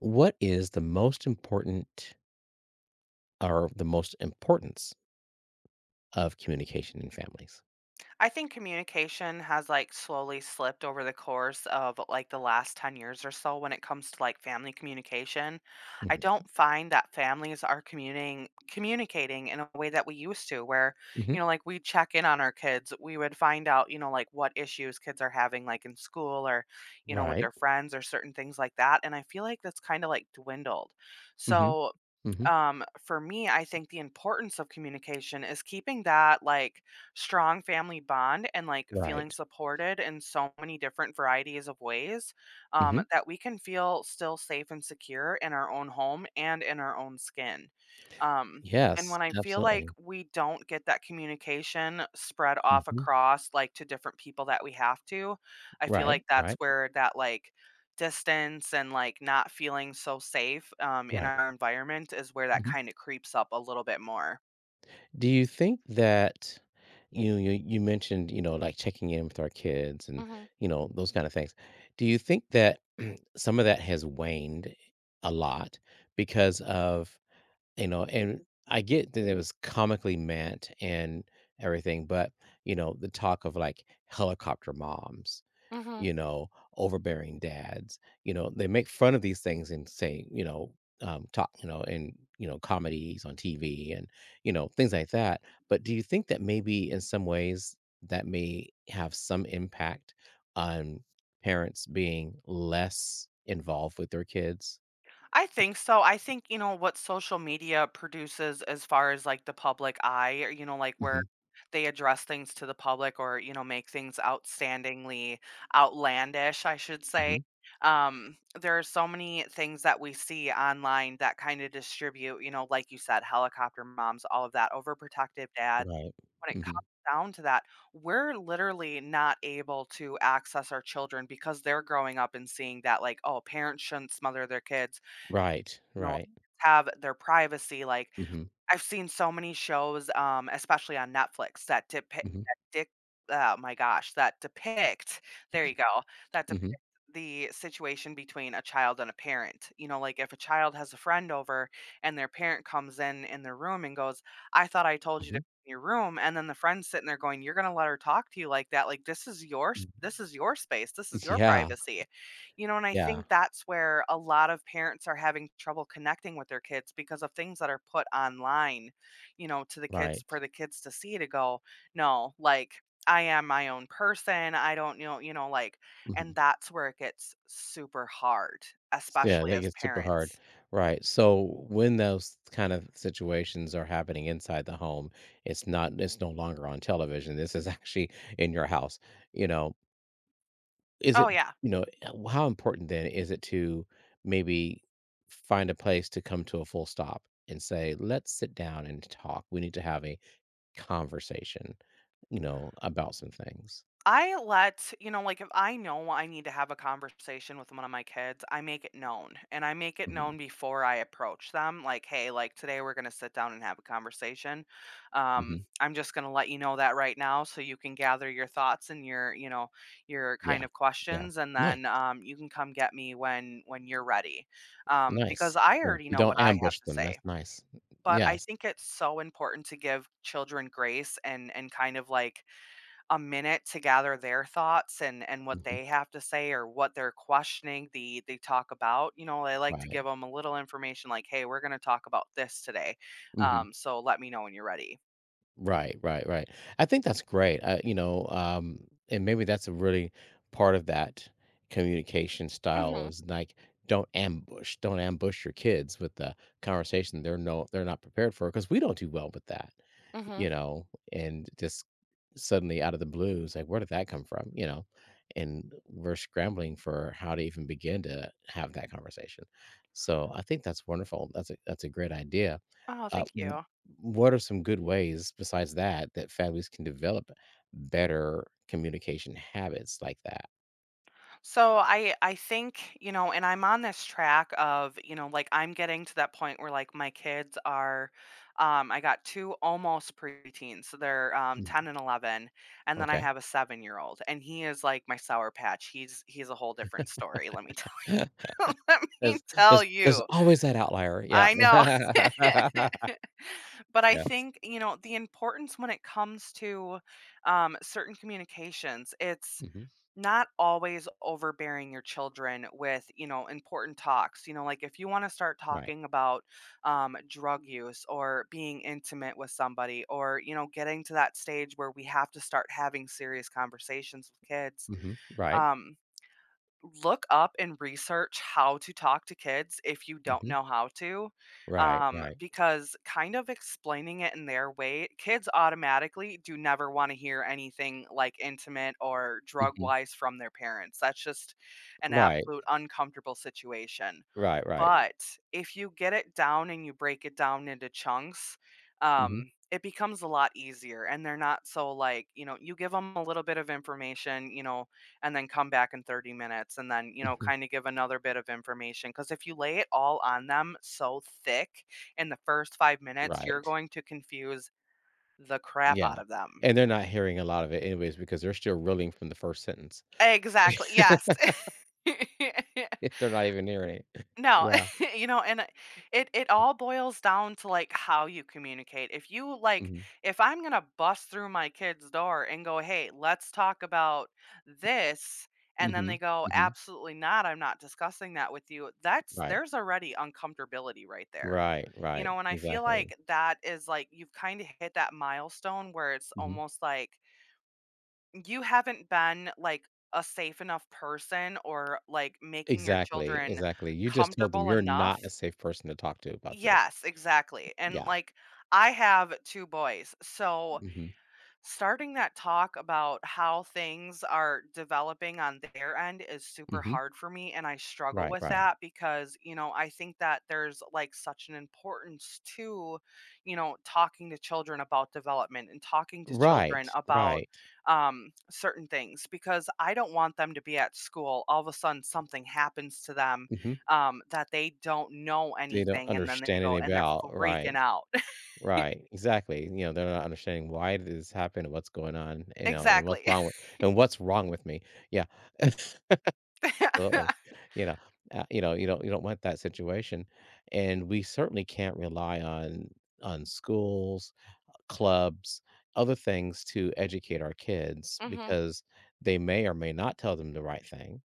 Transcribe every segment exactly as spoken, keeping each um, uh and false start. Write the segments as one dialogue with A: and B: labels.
A: What is the most important or the most importance of communication in families?
B: I think communication has like slowly slipped over the course of like the last ten years or so when it comes to like family communication. I
A: Mhm.
B: don't find that families are communing communicating in a way that we used to where,
A: Mhm.
B: you know, like we check in on our kids, we would find out, you know, like what issues kids are having like in school or, you know, with
A: Right.
B: their friends or certain things like that, and I feel like that's kind of like dwindled.
A: Mhm.
B: So,
A: Mhm.
B: um, for me, I think the importance of communication is keeping that like strong family bond and like feeling
A: Right.
B: supported in so many different varieties of ways, um,
A: Mhm.
B: that we can feel still safe and secure in our own home and in our own skin. Um, and
A: Yes,
B: when I feel like
A: absolutely.
B: we don't get that communication spread off
A: Mhm.
B: across like to different people that we have to, I feel
A: Right,
B: like that's
A: right,
B: where that like distance and like not feeling so safe, um, in
A: right.
B: our environment is where that
A: Mhm.
B: kind of creeps up a little bit more.
A: Do you think that you you you mentioned, you know, like checking in with our kids and,
B: Mhm.
A: you know, those kind of things. Do you think that some of that has waned a lot because of? You know, and I get that it was comically meant and everything, but, you know, the talk of, like, helicopter moms,
B: Mhm.
A: you know, overbearing dads, you know, they make fun of these things and say, you know, um, talk, you know, in, you know, comedies on T V and, you know, things like that. But do you think that maybe in some ways that may have some impact on parents being less involved with their kids?
B: I think so. I think, you know, what social media produces as far as like the public eye, or, you know, like where
A: Mhm,
B: they address things to the public, or, you know, make things outstandingly outlandish, I should say.
A: mhm.
B: Um, there are so many things that we see online that kind of distribute, you know, like you said, helicopter moms, all of that, overprotective dads
A: Right.
B: when it
A: Mhm.
B: comes down to that, we're literally not able to access our children because they're growing up and seeing that, like, oh, parents shouldn't smother their kids,
A: Right,
B: you know,
A: right.
B: have their privacy. Like,
A: Mhm,
B: I've seen so many shows, um, especially on Netflix that depict
A: mhm,
B: that dic oh my gosh, that depict there you go, that depict
A: mhm,
B: the situation between a child and a parent. You know, like, if a child has a friend over and their parent comes in in their room and goes, "I thought I told you to
A: mhm,
B: be in your room," and then the friend's sitting there going, "You're gonna let her talk to you like that? Like, this is your s
A: mhm.
B: this is your space, this is your
A: Yeah,
B: privacy." You know, and I
A: yeah,
B: think that's where a lot of parents are having trouble connecting with their kids because of things that are put online, you know, to the kids for
A: right.
B: the kids to see, to go, "No, like, I am my own person. I don't know," you know, like,
A: Mhm.
B: and that's where it gets super hard,
A: Yeah,
B: especially
A: that
B: as
A: gets super hard.
B: parents.
A: Right, so when those kind of situations are happening inside the home, it's not it's no longer on television, this is actually in your house, you know? Is
B: Oh,
A: it,
B: yeah.
A: you know, uh, how important then is it to maybe find a place to come to a full stop and say, "Let's sit down and talk, we need to have a conversation," you know, about some things?
B: I let, you know, like if I know I need to have a conversation with one of my kids, I make it known. And I make it
A: Mhm,
B: known before I approach them, like, hey, like today we're going to sit down and have a conversation. Um,
A: mhm,
B: I'm just going to let you know that right now so you can gather your thoughts and your, you know, your kind
A: yeah,
B: of
A: yeah.
B: questions, and
A: Nice,
B: then, um, you can come get me when when you're ready. Um, because
A: nice,
B: I
A: nice.
B: already
A: You
B: know
A: don't
B: what I have
A: ambush
B: to
A: them,
B: say.
A: that's nice.
B: But I
A: Yes.
B: think it's so important to give children grace, and and kind of like a minute to gather their thoughts and and what
A: Mhm,
B: they have to say or what they're questioning, the the talk about. You know, I like to
A: right.
B: give them a little information, like, hey, we're going to talk about this today,
A: Mhm.
B: um, so let me know when you're ready.
A: Right, right, right. I think that's great, uh, you know, um, and maybe that's a really part of that communication style
B: Mhm.
A: is, like, don't ambush don't ambush your kids with the conversation they're no they're not prepared for because we don't do well with that.
B: Mhm.
A: You know, and just suddenly out of the blue, it's like, where did that come from? You know, and we're scrambling for how to even begin to have that conversation. So I think that's wonderful. That's a that's a great idea.
B: Oh,
A: Uh,
B: thank
A: w-
B: you.
A: what are some good ways besides that that families can develop better communication habits like that?
B: So I I think, you know, and I'm on this track of, you know, like I'm getting to that point where like my kids are, um I got two almost preteens. So they're, um
A: Mhm.
B: ten and eleven, and then I
A: Okay.
B: have a seven-year-old, and he is like my sour patch. He's he's a whole different story, let me tell. Let me
A: there's,
B: tell
A: there's there's
B: you.
A: always that outlier. Yeah.
B: I know. But I
A: Yes.
B: think, you know, the importance when it comes to, um certain communications, it's
A: Hmm.
B: not always overbearing your children with, you know, important talks. You know, like if you want to start
A: Right.
B: talking about, um, drug use or being intimate with somebody, or, you know, getting to that stage where we have to start having serious conversations with kids,
A: Hmm. Right.
B: um, look up and research how to talk to kids if you don't
A: Hmm.
B: know how to,
A: Right.
B: um,
A: Right.
B: because kind of explaining it in their way, kids automatically do never want to hear anything like intimate or drug
A: Mhm.
B: wise from their parents. That's just an
A: Right,
B: absolute uncomfortable situation.
A: right, right.
B: But if you get it down and you break it down into chunks,
A: Mhm,
B: um, it becomes a lot easier. And they're not so like, you know, you give them a little bit of information, you know, and then come back in thirty minutes, and then, you know,
A: mhm,
B: kind of give another bit of information. Because if you lay it all on them so thick in the first five minutes, you're
A: right.
B: going to confuse the crap
A: Yeah,
B: out of them.
A: and they're not hearing a lot of it anyways because they're still reeling from the first sentence.
B: Exactly. Yes.
A: They're not even hearing it.
B: No,
A: Yeah.
B: you know, and I it it all boils down to, like, how you communicate. If you like,
A: Mhm,
B: If I'm gonna bust through my kid's door and go, "Hey, let's talk about this," and then they
A: mhm,
B: go,
A: mhm.
B: "Absolutely not, I'm not discussing that with you," that's
A: Right,
B: there's already uncomfortability right there.
A: right,
B: You
A: right.
B: know, and I feel
A: Exactly.
B: like that is, like, you've kinda hit that milestone where it's
A: Mhm.
B: almost like you haven't been like a safe enough person, or like making your
A: Exactly,
B: children
A: exactly. You just told them
B: comfortable
A: you're
B: enough.
A: not a safe person to talk to about this.
B: Yes, exactly. And
A: Yeah.
B: like I have two boys. So
A: Mhm,
B: starting that talk about how things are developing on their end is super
A: mhm.
B: hard for me, and I struggle
A: Right,
B: with
A: right.
B: that because, you know, I think that there's like such an importance to, you know, talking to children about development and talking to children
A: Right,
B: about,
A: right.
B: um, certain things, because I don't want them to be at school, all of a sudden something happens to them,
A: Mhm.
B: um, that they don't know
A: They don't
B: anything, and then they
A: understand
B: go,
A: any
B: and they're
A: about right.
B: freaking out.
A: Right, exactly, you know, they're not understanding why did this happen and what's going on, you know, and what's
B: Exactly.
A: wrong with and what's wrong with me. Yeah, absolutely, you know, uh, you know, you don't you don't want that situation, and we certainly can't rely on on schools, clubs, other things to educate our kids
B: Mhm.
A: because they may or may not tell them the right thing,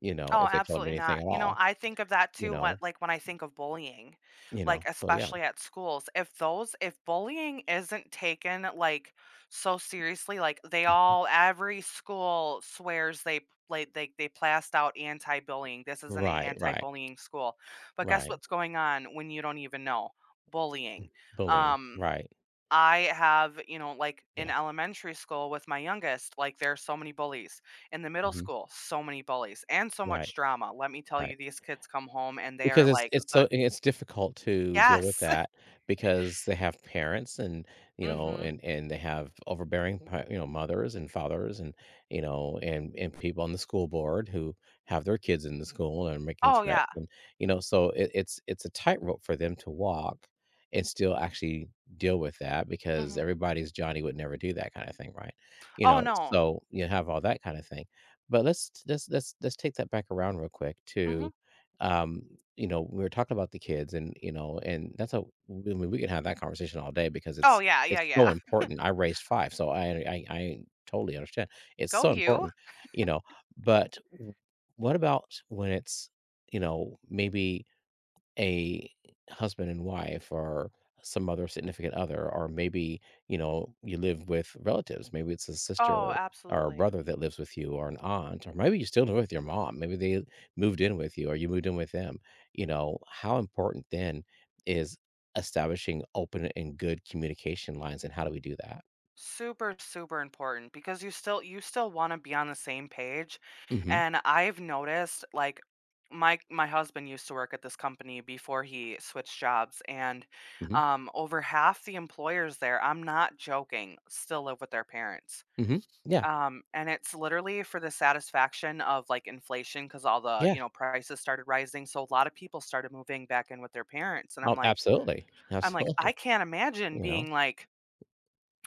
A: you know,
B: Oh,
A: if they tell them
B: absolutely
A: anything
B: not.
A: at
B: You know,
A: all,
B: I think of that
A: you
B: too,
A: know,
B: what like when I think of bullying,
A: you
B: like
A: know, so yeah.
B: especially at schools. If those if bullying isn't taken like so seriously, like they
A: Mhm.
B: all every school swears they like they they plast out anti-bullying. This is an
A: Right, right,
B: anti-bullying school. But guess
A: right.
B: what's going on when you don't even know? Bullying.
A: Bullying,
B: Um,
A: right,
B: I have, you know, like in
A: yeah,
B: elementary school with my youngest, like there's so many bullies. In the middle
A: mhm.
B: school, so many bullies and so much
A: Right,
B: drama. Let me tell
A: right.
B: you, these kids come home and they are
A: Because it's
B: like
A: it's
B: the
A: so it's difficult to deal with
B: yes.
A: that because they have parents and, you know,
B: Hmm.
A: and and they have overbearing pa you know, mothers and fathers and, you know, and and people on the school board who have their kids in the school and are making
B: Oh yeah.
A: threats and, you know, so it it's it's a tightrope for them to walk and still actually deal with that because
B: Hmm.
A: everybody's Johnny would never do that kinda thing, right? You
B: Oh
A: know,
B: no.
A: so you have all that kinda thing. But let's let's let's let's take that back around real quick
B: Hmm.
A: to, um you know, we were talking about the kids and, you know, and that's a. I mean, we can have that conversation all day because
B: Oh
A: it's
B: yeah, yeah,
A: it's so
B: yeah.
A: important. I raised five, so I I I totally understand. It's
B: Go
A: so
B: you.
A: important, you know, but w what about when it's, you know, maybe a husband and wife or some other significant other or maybe you know you live with relatives maybe it's a
B: Oh,
A: sister or a
B: absolutely.
A: brother that lives with you or an aunt or maybe you still live with your mom maybe they moved in with you or you moved in with them, you know how important then is establishing open and good communication lines and how do we do that?
B: Super, super important because you still you still want to be on the same page.
A: Hmm.
B: And I've noticed like my my husband used to work at this company before he switched jobs, and,
A: Hmm.
B: um, over half the employers there, I'm not joking, still live with their parents.
A: Hmm. Yeah.
B: Um, and it's literally for the satisfaction of like inflation, cuz all the,
A: Yeah.
B: you know, prices started rising, so a lot of people started moving back in with their parents, and I'm
A: Oh,
B: like
A: absolutely.
B: I'm like, I
A: Absolutely.
B: can't imagine
A: You know.
B: being like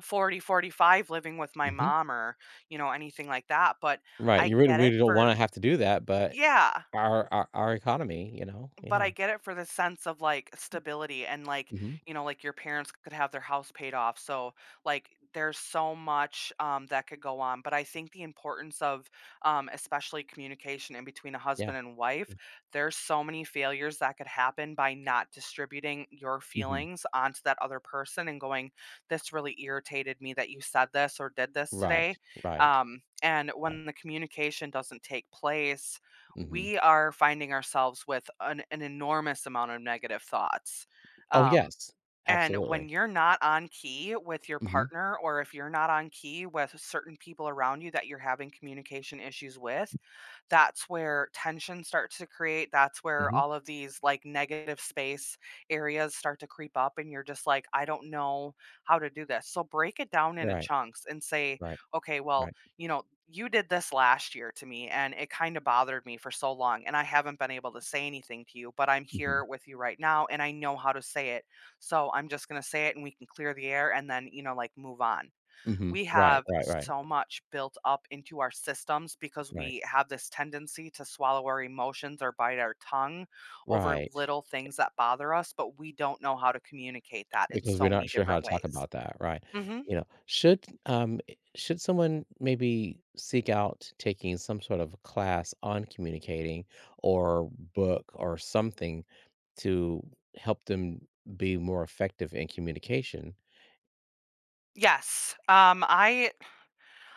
B: Forty, forty-five, living with my
A: Hmm.
B: mom, or, you know, anything like that, but
A: Right.
B: I
A: You really,
B: get it
A: really don't
B: for
A: want to have to do that, but
B: Yeah,
A: Our our our economy, you know?
B: but
A: Yeah.
B: I get it for the sense of, like, stability, and, like,
A: Mhm.
B: you know, like, your parents could have their house paid off, so, like, there's so much, um, that could go on, but I think the importance of, um, especially communication in between a
A: Yeah.
B: husband and wife, there's so many failures that could happen by not distributing your
A: Mhm.
B: feelings onto that other person, and going, "This really irritated me that you said this or did this
A: Right.
B: today."
A: Right.
B: Um, and
A: Right.
B: when the communication doesn't take place,
A: Mhm.
B: we are finding ourselves with an, an enormous amount of negative thoughts,
A: Oh,
B: um,
A: yes.
B: and when
A: Absolutely.
B: you're not on key with your
A: Mhm.
B: partner, or if you're not on key with certain people around you that you're having communication issues with, that's where tension starts to create. That's where
A: Mhm.
B: all of these like negative space areas start to creep up, and you're just like, I don't know how to do this. So break it down into
A: Right.
B: chunks and say,
A: Right.
B: okay, well,
A: Right.
B: you know, you did this last year to me, and it kind of bothered me for so long, and I haven't been able to say anything to you, but I'm
A: Mhm.
B: here with you right now, and I know how to say it, so I'm just going to say it and we can clear the air, and then, you know, like move on.
A: Mhm.
B: We
A: Right.
B: have
A: Right. Right.
B: so much built up into our systems because
A: Right.
B: we have this tendency to swallow our emotions or bite our tongue over
A: Right.
B: little things that bother us, but we don't know how to communicate that in
A: Because
B: so
A: we're not
B: many
A: sure how
B: different
A: to talk
B: ways.
A: about that, right?
B: Hmm.
A: You know, should um i- should someone maybe seek out taking some sort of class on communicating or book or something to help them be more effective in communication?
B: Yes. Um, I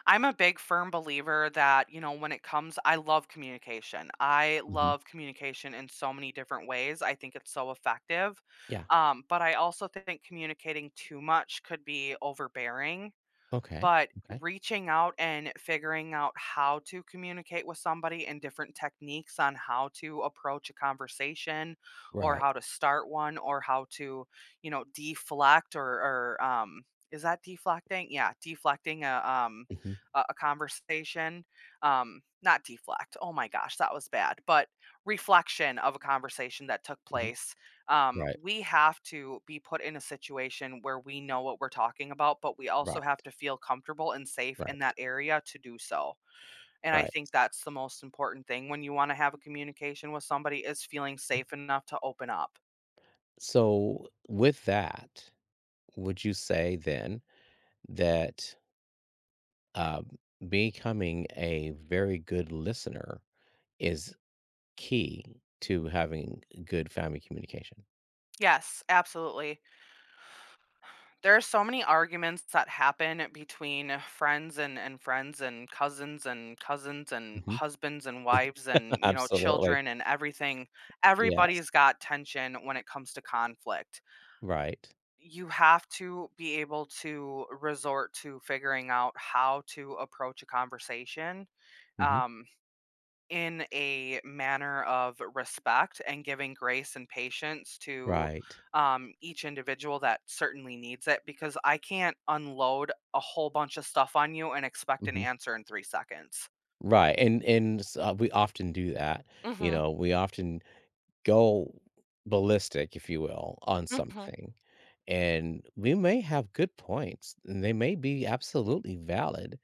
B: I'm a big firm believer that, you know, when it comes I love communication. I
A: Hmm.
B: love communication in so many different ways. I think it's so effective.
A: Yeah.
B: Um, but I also think communicating too much could be overbearing.
A: Okay.
B: But
A: Okay.
B: reaching out and figuring out how to communicate with somebody and different techniques on how to approach a conversation, or
A: Right.
B: how to start one, or how to, you know, deflect, or, or um, is that deflecting? Yeah, deflecting a, um,
A: Hmm.
B: a, a conversation. Um, not deflect. Oh my gosh, that was bad. But reflection of a conversation that took
A: Hmm.
B: place, um,
A: Right.
B: we have to be put in a situation where we know what we're talking about, but we also have
A: Right.
B: to feel comfortable and safe in
A: Right.
B: that area to do so. And I
A: Right.
B: think that's the most important thing when you want to have a communication with somebody is feeling safe enough to open up.
A: So with that, would you say then that uh, becoming a very good listener is key to having good family communication.
B: Yes, absolutely. There are so many arguments that happen between friends, and, and friends and cousins, and cousins and
A: Mhm.
B: husbands and wives, and, you know,
A: Absolutely.
B: children, and everything.
A: Yes.
B: Everybody's got tension when it comes to conflict.
A: Right.
B: You have to be able to resort to figuring out how to approach a conversation,
A: Hmm.
B: um, in a manner of respect and giving grace and patience to,
A: Right.
B: um, each individual that certainly needs it, because I can't unload a whole bunch of stuff on you and expect an
A: Hmm.
B: answer in three seconds.
A: Right. And and s- uh, we often do that. You
B: Mm-hmm.
A: know, we often go ballistic, if you will, on
B: Mm-hmm.
A: something and we may have good points and they may be absolutely valid,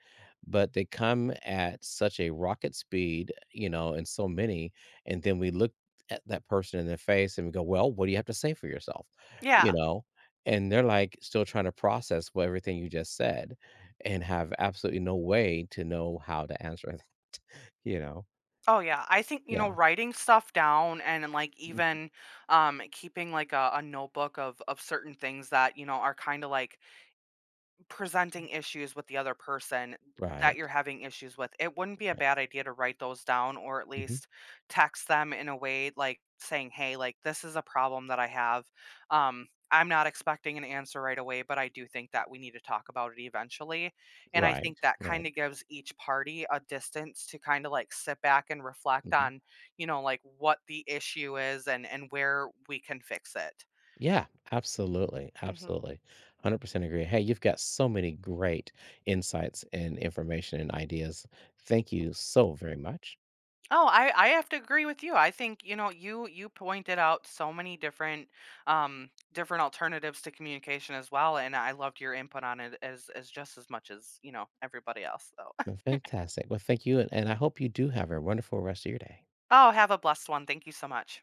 A: but they come at such a rocket speed, you know, and so many, and then we look at that person in the face and we go, well, what do you have to say for yourself, you
B: Yeah.
A: know? And they're like still trying to process what everything you just said and have absolutely no way to know how to answer it, you know?
B: Oh yeah, I think, you know,
A: Yeah.
B: writing stuff down, and like
A: Mm.
B: even, um keeping like a, a notebook of of certain things that you know are kind of like presenting issues with the other person that you're
A: Right,
B: having issues with, it wouldn't be a
A: right.
B: bad idea to write those down, or at
A: Hmm.
B: least text them in a way, like saying, "Hey, like this is a problem that I have. Um, I'm not expecting an answer right away, but I do think that we need to talk about it eventually." And I
A: Right,
B: think that
A: right.
B: kind of gives each party a distance to kind of like sit back and reflect
A: Mm-hmm.
B: on, you know, like what the issue is and and where we can fix it.
A: Yeah, absolutely.
B: Mhm.
A: Absolutely. one hundred percent agree. Hey, you've got so many great insights and information and ideas. Thank you so very much.
B: Oh, I, I have to agree with you. I think, you know, you you pointed out so many different, um different alternatives to communication as well. And I loved your input on it as as just as much as, you know, everybody else though.
A: Fantastic. Well, thank you. And, and I hope you do have a wonderful rest of your day.
B: Oh, have a blessed one. Thank you so much.